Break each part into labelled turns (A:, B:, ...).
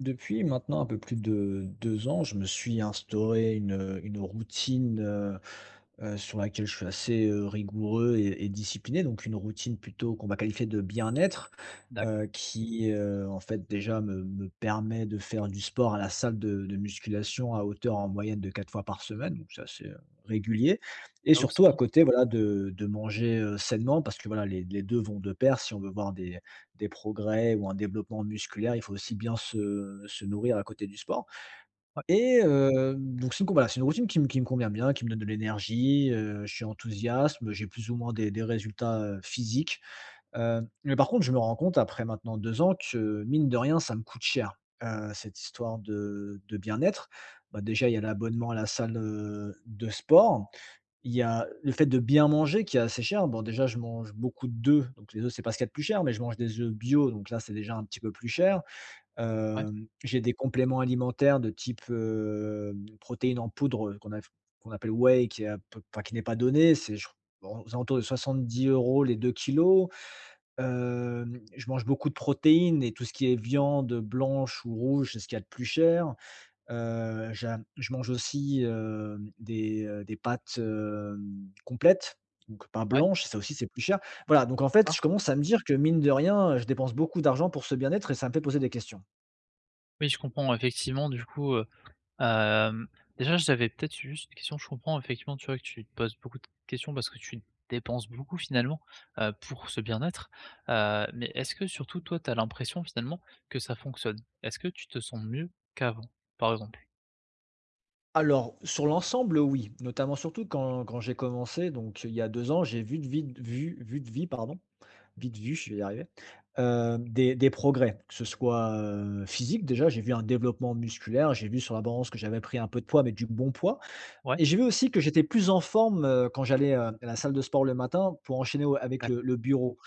A: Depuis maintenant un peu plus de 2 ans, je me suis instauré une routine, sur laquelle je suis assez, rigoureux et discipliné, donc une routine plutôt qu'on va qualifier de bien-être,
B: D'accord.
A: qui, en fait déjà me permet de faire du sport à la salle de musculation à hauteur en moyenne de 4 fois par semaine, donc c'est assez, régulier, et
B: Ah oui, c'est
A: surtout à
B: bien.
A: côté voilà de manger, sainement, parce que voilà les 2 vont de pair si on veut voir des progrès ou un développement musculaire. Il faut aussi bien se nourrir à côté du sport,
B: Ouais,
A: et donc c'est une co voilà, c'est une routine qui me convient bien, qui me donne de l'énergie. Je suis enthousiaste, j'ai plus ou moins des résultats, physiques, mais par contre, je me rends compte après maintenant 2 ans que mine de rien, ça me coûte cher, cette histoire de bien-être. Bah, déjà, il y a l'abonnement à la salle, de sport. Il y a le fait de bien manger qui est assez cher. Bon, déjà, je mange beaucoup d'œufs, donc les œufs, c'est pas ce qu'il y a de plus cher, mais je mange des œufs bio, donc là, c'est déjà un petit peu plus cher.
B: ouais,
A: J'ai des compléments alimentaires de type, protéines en poudre, qu'on appelle whey, qui est à peu enfin, qui n'est pas donné. C'est je bon, aux alentours de 70 euros les 2 kilos. Je mange beaucoup de protéines, et tout ce qui est viande blanche ou rouge, c'est ce qu'il y a de plus cher. J'a je mange aussi, des pâtes, complètes, donc pas
B: ouais,
A: blanches, ça aussi c'est plus cher. Voilà, donc en fait,
B: d'accord.
A: je commence à me dire que mine de rien, je dépense beaucoup d'argent pour ce bien-être, et ça me fait poser des questions.
B: Oui, je comprends effectivement du coup, hem, déjà j'avais peut-être juste une question. Je comprends effectivement, tu vois, que tu te poses beaucoup de questions parce que tu dépenses beaucoup finalement, pour ce bien-être, mais est-ce que surtout toi, tu as l'impression finalement que ça fonctionne? Est-ce que tu te sens mieux qu'avant, par exemple?
A: Alors, sur l'ensemble, oui, notamment surtout quand j'ai commencé, donc il y a 2 ans, j'ai vu de vie, vu de vie, pardon, vite vu, je vais y arriver, des progrès, que ce soit, physique. Déjà, j'ai vu un développement musculaire, j'ai vu sur la balance que j'avais pris un peu de poids, mais du bon poids.
B: Ouais?
A: Et j'ai vu aussi que j'étais plus en forme, quand j'allais, à la salle de sport le matin pour enchaîner au avec
B: D'accord.
A: le bureau.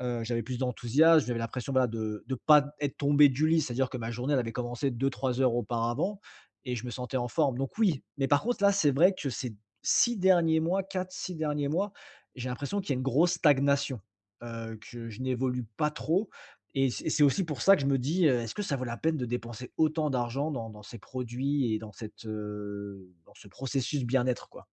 A: J'avais plus d'enthousiasme, j'avais l'impression, voilà, de pas être tombé du lit. C'est-à-dire que ma journée, elle avait commencé 2-3 heures auparavant, et je me sentais en forme. Donc oui, mais par contre là, c'est vrai que ces 6 derniers mois, quatre 6 derniers mois, j'ai l'impression qu'il y a une grosse stagnation, que je n'évolue pas trop, et c'est aussi pour ça que je me dis: «Est-ce que ça vaut la peine de dépenser autant d'argent dans ces produits et dans ce processus bien-être, quoi?»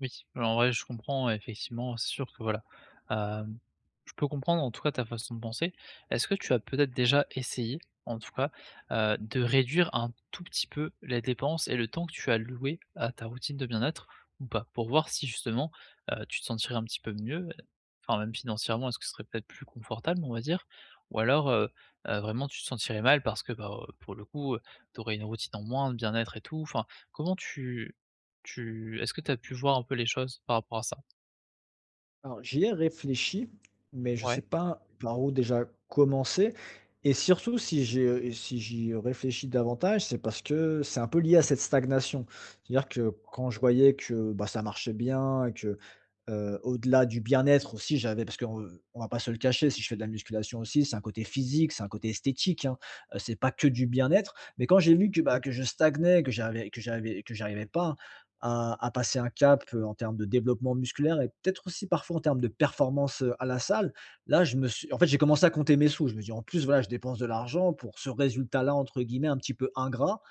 B: Oui, alors en vrai, je comprends effectivement, c'est sûr que voilà, hem, je peux comprendre en tout cas ta façon de penser. Est-ce que tu as peut-être déjà essayé, en tout cas, de réduire un tout petit peu les dépenses et le temps que tu as loué à ta routine de bien-être ou pas? Pour voir si justement, tu te sentirais un petit peu mieux, enfin même financièrement, est-ce que ce serait peut-être plus confortable, on va dire? Ou alors, vraiment tu te sentirais mal parce que, bah, pour le coup, tu aurais une routine en moins de bien-être et tout, enfin, comment tu est-ce que tu as pu voir un peu les choses par rapport à ça?
A: Alors, j'y ai réfléchi, mais je sais
B: Ouais,
A: pas par où déjà commencer, et surtout si j'y réfléchis davantage, c'est parce que c'est un peu lié à cette stagnation. C'est-à-dire que quand je voyais que, bah, ça marchait bien, et que, au-delà du bien-être aussi, j'avais parce qu'on, on va pas se le cacher, si je fais de la musculation aussi, c'est un côté physique, c'est un côté esthétique, hein, c'est pas que du bien-être. Mais quand j'ai vu que,
B: o
A: bah, que je stagnais, que j'arrivais pas à passer un cap, en termes de développement musculaire et peut-être aussi parfois en termes de performance, à la salle. Là, je me suis en fait, j'ai commencé à compter mes sous. Je me dis: «En plus, voilà, je dépense de l'argent pour ce résultat-là, entre guillemets, «un petit peu ingrat».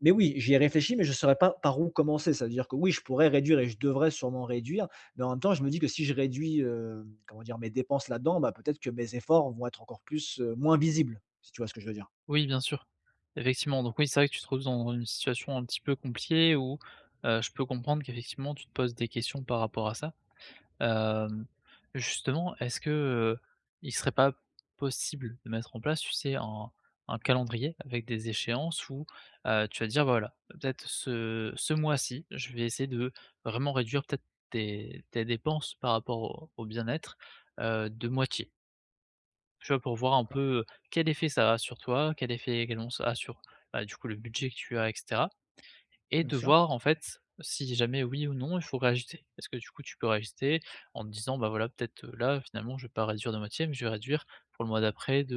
A: Mais oui, j'y ai réfléchi, mais je ne saurais pas par où commencer. C'est à dire que oui, je pourrais réduire et je devrais sûrement réduire, mais en même temps, je me dis que si je réduis, comment dire? Mes dépenses là-dedans, bah, peut-être que mes efforts vont être encore plus, moins visibles, si tu vois ce que je veux dire?
B: oui, bien sûr. Effectivement, donc oui, c'est vrai que tu te trouves dans une situation un petit peu compliquée où, je peux comprendre qu'effectivement tu te poses des questions par rapport à ça. Hem, justement, est-ce que, il serait pas possible de mettre en place, tu sais, un calendrier avec des échéances où, tu vas te dire: bah «Voilà, peut-être ce mois-ci, je vais essayer de vraiment réduire peut-être tes dépenses par rapport au bien-être, de moitié». Tu vois, pour voir un
A: D'accord,
B: peu, quel effet ça a sur toi, quel effet également ça a sur, bah, du coup, le budget que tu as et cetera et
A: bien
B: de
A: sûr.
B: voir, en fait, si jamais oui ou non il faut réajuster. Parce que du coup, tu peux réajuster en te disant: «Bah, voilà, peut-être, là, finalement, je vais pas réduire de moitié, mais je vais réduire pour le mois d'après de,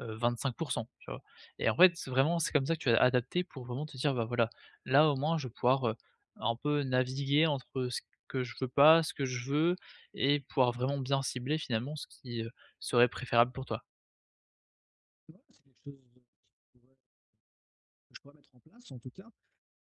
B: 25%», tu vois? Et en fait, vraiment, c'est comme ça que tu vas adapter pour vraiment te dire: «Bah, voilà, là, au moins, je vais pouvoir, un peu naviguer entre ce que je veux pas, ce que je veux» et pouvoir vraiment bien cibler, finalement, ce qui, serait préférable pour toi.
A: Ouais, c'est quelque chose, qui pourrait que je pourrais mettre en place en tout cas.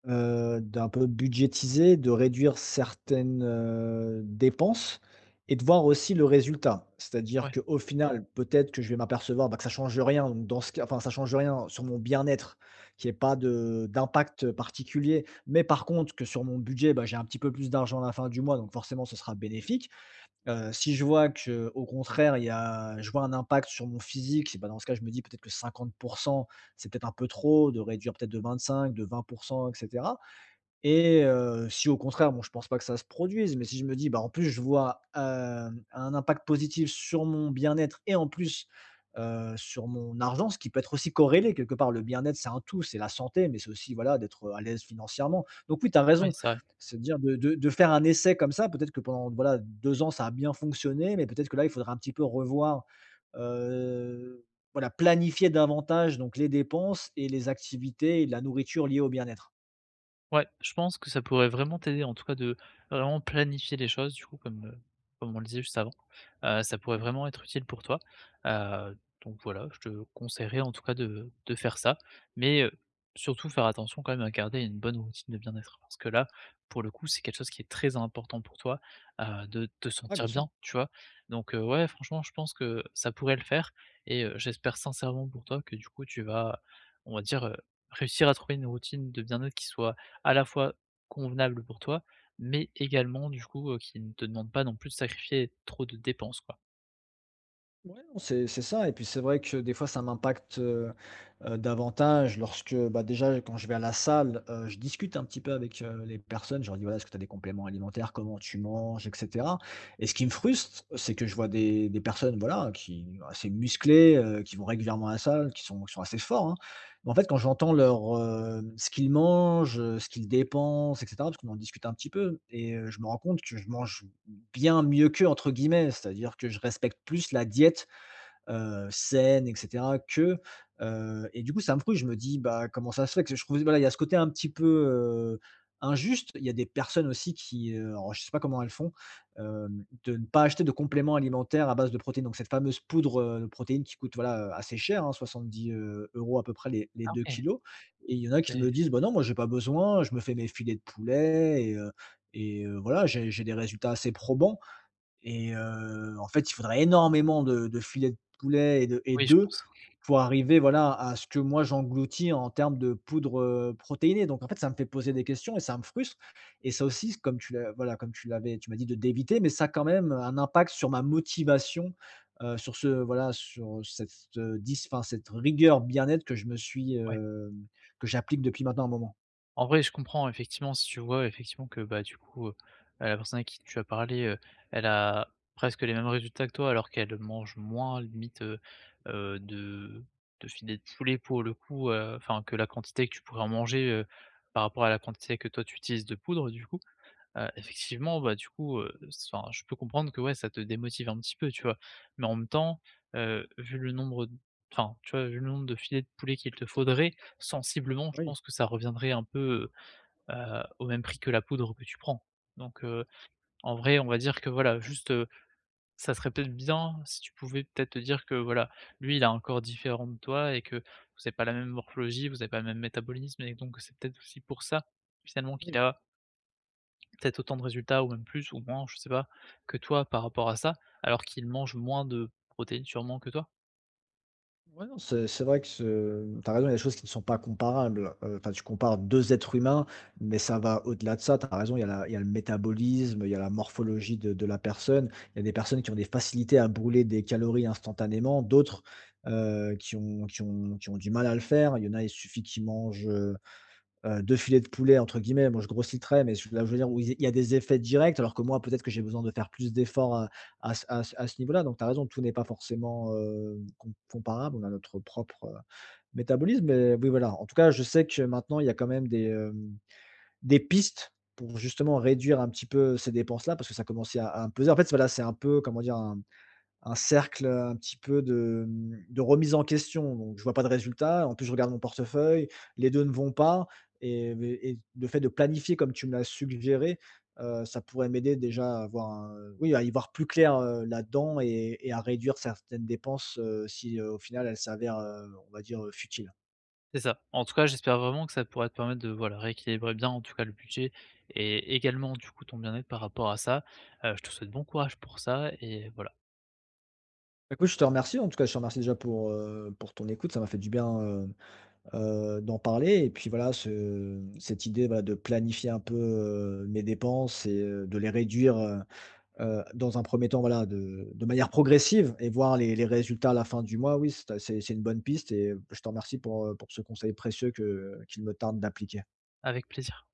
A: D'un peu budgétiser, de réduire certaines, dépenses, et de voir aussi le résultat. C'est-à-dire
B: Ouais,
A: qu'au final, peut-être que je vais m'apercevoir, bah, que ça change rien, donc dans ce cas, enfin, ça change rien sur mon bien-être, qu'il y ait pas de d'impact particulier. Mais par contre que sur mon budget, bah, j'ai un petit peu plus d'argent à la fin du mois, donc forcément ce sera bénéfique. Si je vois que au contraire il y a je vois un impact sur mon physique, bah, dans ce cas je me dis peut-être que 50 c'est peut-être un peu trop, de réduire peut-être de 25, de 20 et cetera. Si au contraire, bon, je pense pas que ça se produise, mais si je me dis: «Bah, en plus, je vois, un impact positif sur mon bien-être, et en plus, sur mon argent», ce qui peut être aussi corrélé quelque part. Le bien-être, c'est un tout, c'est la santé, mais c'est aussi, voilà, d'être à l'aise financièrement. Donc oui, tu as
B: ouais,
A: raison,
B: ça.
A: c'est-à-dire de faire un essai comme ça. Peut-être que pendant, voilà, 2 ans, ça a bien fonctionné, mais peut-être que là, il faudra un petit peu revoir, heu, voilà, planifier davantage donc les dépenses et les activités et la nourriture liée au bien-être.
B: Ouais, je pense que ça pourrait vraiment t'aider, en tout cas, de vraiment planifier les choses, du coup, comme on le disait juste avant. Ça pourrait
A: Oui,
B: vraiment être utile pour toi. Donc voilà, je te conseillerais, en tout cas, de faire ça, mais surtout faire attention quand même à garder une bonne routine de bien-être parce que là, pour le coup, c'est quelque chose qui est très important pour toi, de te sentir
A: bien sûr.
B: bien, tu vois? Donc ouais, franchement, je pense que ça pourrait le faire et j'espère sincèrement pour toi que, du coup, tu vas, on va dire, réussir à trouver une routine de bien-être qui soit à la fois convenable pour toi, mais également du coup, qui ne te demande pas non plus de sacrifier trop de dépenses, quoi.
A: Ouais, non, c'est ça, et puis c'est vrai que des fois ça m'impacte, davantage lorsque, bah, déjà quand je vais à la salle, je discute un petit peu avec, les personnes. Je leur dis: «Voilà, est-ce que tu as des compléments alimentaires? Comment tu manges?» et cetera, et ce qui me frustre, c'est que je vois des personnes, voilà, qui assez musclées, qui vont régulièrement à la salle, qui sont assez forts, hein. Mais en fait, quand j'entends ce qu'ils mangent, ce qu'ils dépensent et cetera, parce qu'on en discute un petit peu, et je me rends compte que je mange «bien mieux qu'eux» entre guillemets, c'est-à-dire que je respecte plus la diète, saines, et cetera, qu'eux, et du coup, ça me frustre. Je me dis: «Bah, comment ça se fait?» Que je trouve, voilà, il y a ce côté un petit peu, injuste. Il y a des personnes aussi qui, alors je sais pas comment elles font, de ne pas acheter de compléments alimentaires à base de protéines. Donc cette fameuse poudre, de protéines, qui coûte, voilà, assez cher, hein, 70, euros à peu près les
B: Ah
A: 2
B: ouais,
A: kilogrammes, et il y en a qui
B: beh,
A: me disent: «Bah non, moi j'ai pas besoin, je me fais mes filets de poulet, voilà, j'ai des résultats assez probants». En fait, il faudrait énormément de filets de poulet et
B: oui, je
A: d'œufs
B: pense.
A: pour arriver, voilà, à ce que moi j'engloutis en termes de poudre, protéinée. Donc en fait, ça me fait poser des questions et ça me frustre, et ça aussi, comme tu l'as voilà, comme tu l'avais tu m'as dit de d'éviter, mais ça a quand même un impact sur ma motivation, sur ce voilà, sur cette, dis enfin, cette rigueur bien-être que je me suis,
B: Ouais.
A: hem, que j'applique depuis maintenant un moment.
B: En vrai, je comprends effectivement si tu vois effectivement que, bah, du coup, la personne à qui tu as parlé, elle a presque les mêmes résultats que toi alors qu'elle mange moins limite, heu, de de filets de poulet pour le coup, enfin que la quantité que tu pourrais en manger, par rapport à la quantité que toi tu utilises de poudre du coup. Effectivement, bah, du coup, s enfin, je peux comprendre que, ouais, ça te démotive un petit peu, tu vois? Mais en même temps, vu le nombre d enfin, tu vois, vu le nombre de filets de poulet qu'il te faudrait, sensiblement, je
A: Oui.
B: pense que ça reviendrait un peu, heu au même prix que la poudre que tu prends. Donc en vrai, on va dire que, voilà, juste, ça serait peut-être bien si tu pouvais peut-être te dire que, voilà, lui, il a un corps différent de toi et que vous avez pas la même morphologie, vous avez pas le même métabolisme et donc c'est peut-être aussi pour ça, finalement, qu'il a peut-être autant de résultats ou même plus ou moins, je sais pas, que toi par rapport à ça, alors qu'il mange moins de protéines sûrement que toi?
A: Ouais, non, c'est vrai que ce tu raison, il y a des choses qui ne sont pas comparables. Enfin, tu compares 2 êtres humains, mais ça va au-delà de ça. T'as raison, il y a le métabolisme, il y a la morphologie de la personne. Il y a des personnes qui ont des facilités à brûler des calories instantanément, d'autres, qui ont du mal à le faire. Il y en a, il suffit qu'ils mangent, 2 filets de poulet, entre guillemets, moi je grossis le trait, mais je là je veux dire où il y a des effets directs, alors que moi peut-être que j'ai besoin de faire plus d'efforts à à ce niveau-là. Donc tu as raison, tout n'est pas forcément, comparable. On a notre propre, métabolisme, mais oui voilà. En tout cas, je sais que maintenant il y a quand même des pistes pour justement réduire un petit peu ces dépenses-là, parce que ça commençait à me peser. En fait, voilà, c'est un peu, comment dire? Un cercle, un petit peu de remise en question. Donc je vois pas de résultat. En plus, je regarde mon portefeuille, les 2 ne vont pas, et et le fait de planifier comme tu me l'as suggéré, ça pourrait m'aider déjà à avoir un oui, à y voir plus clair, là-dedans, et à réduire certaines dépenses, si, au final elles s'avèrent, on va dire, futiles.
B: C'est ça. En tout cas, j'espère vraiment que ça pourra te permettre de, voilà, rééquilibrer bien en tout cas le budget et également du coup ton bien-être par rapport à ça. Je te souhaite bon courage pour ça et voilà,
A: Écoute, je te remercie en tout cas, je te remercie déjà pour ton écoute. Ça m'a fait du bien, d'en parler, et puis voilà, ce cette idée, voilà, de planifier un peu, mes dépenses, et de les réduire, dans un premier temps, voilà, de manière progressive, et voir les résultats à la fin du mois. Oui, c'est une bonne piste, et je te remercie pour ce conseil précieux que qu'il me tarde d'appliquer.
B: avec plaisir.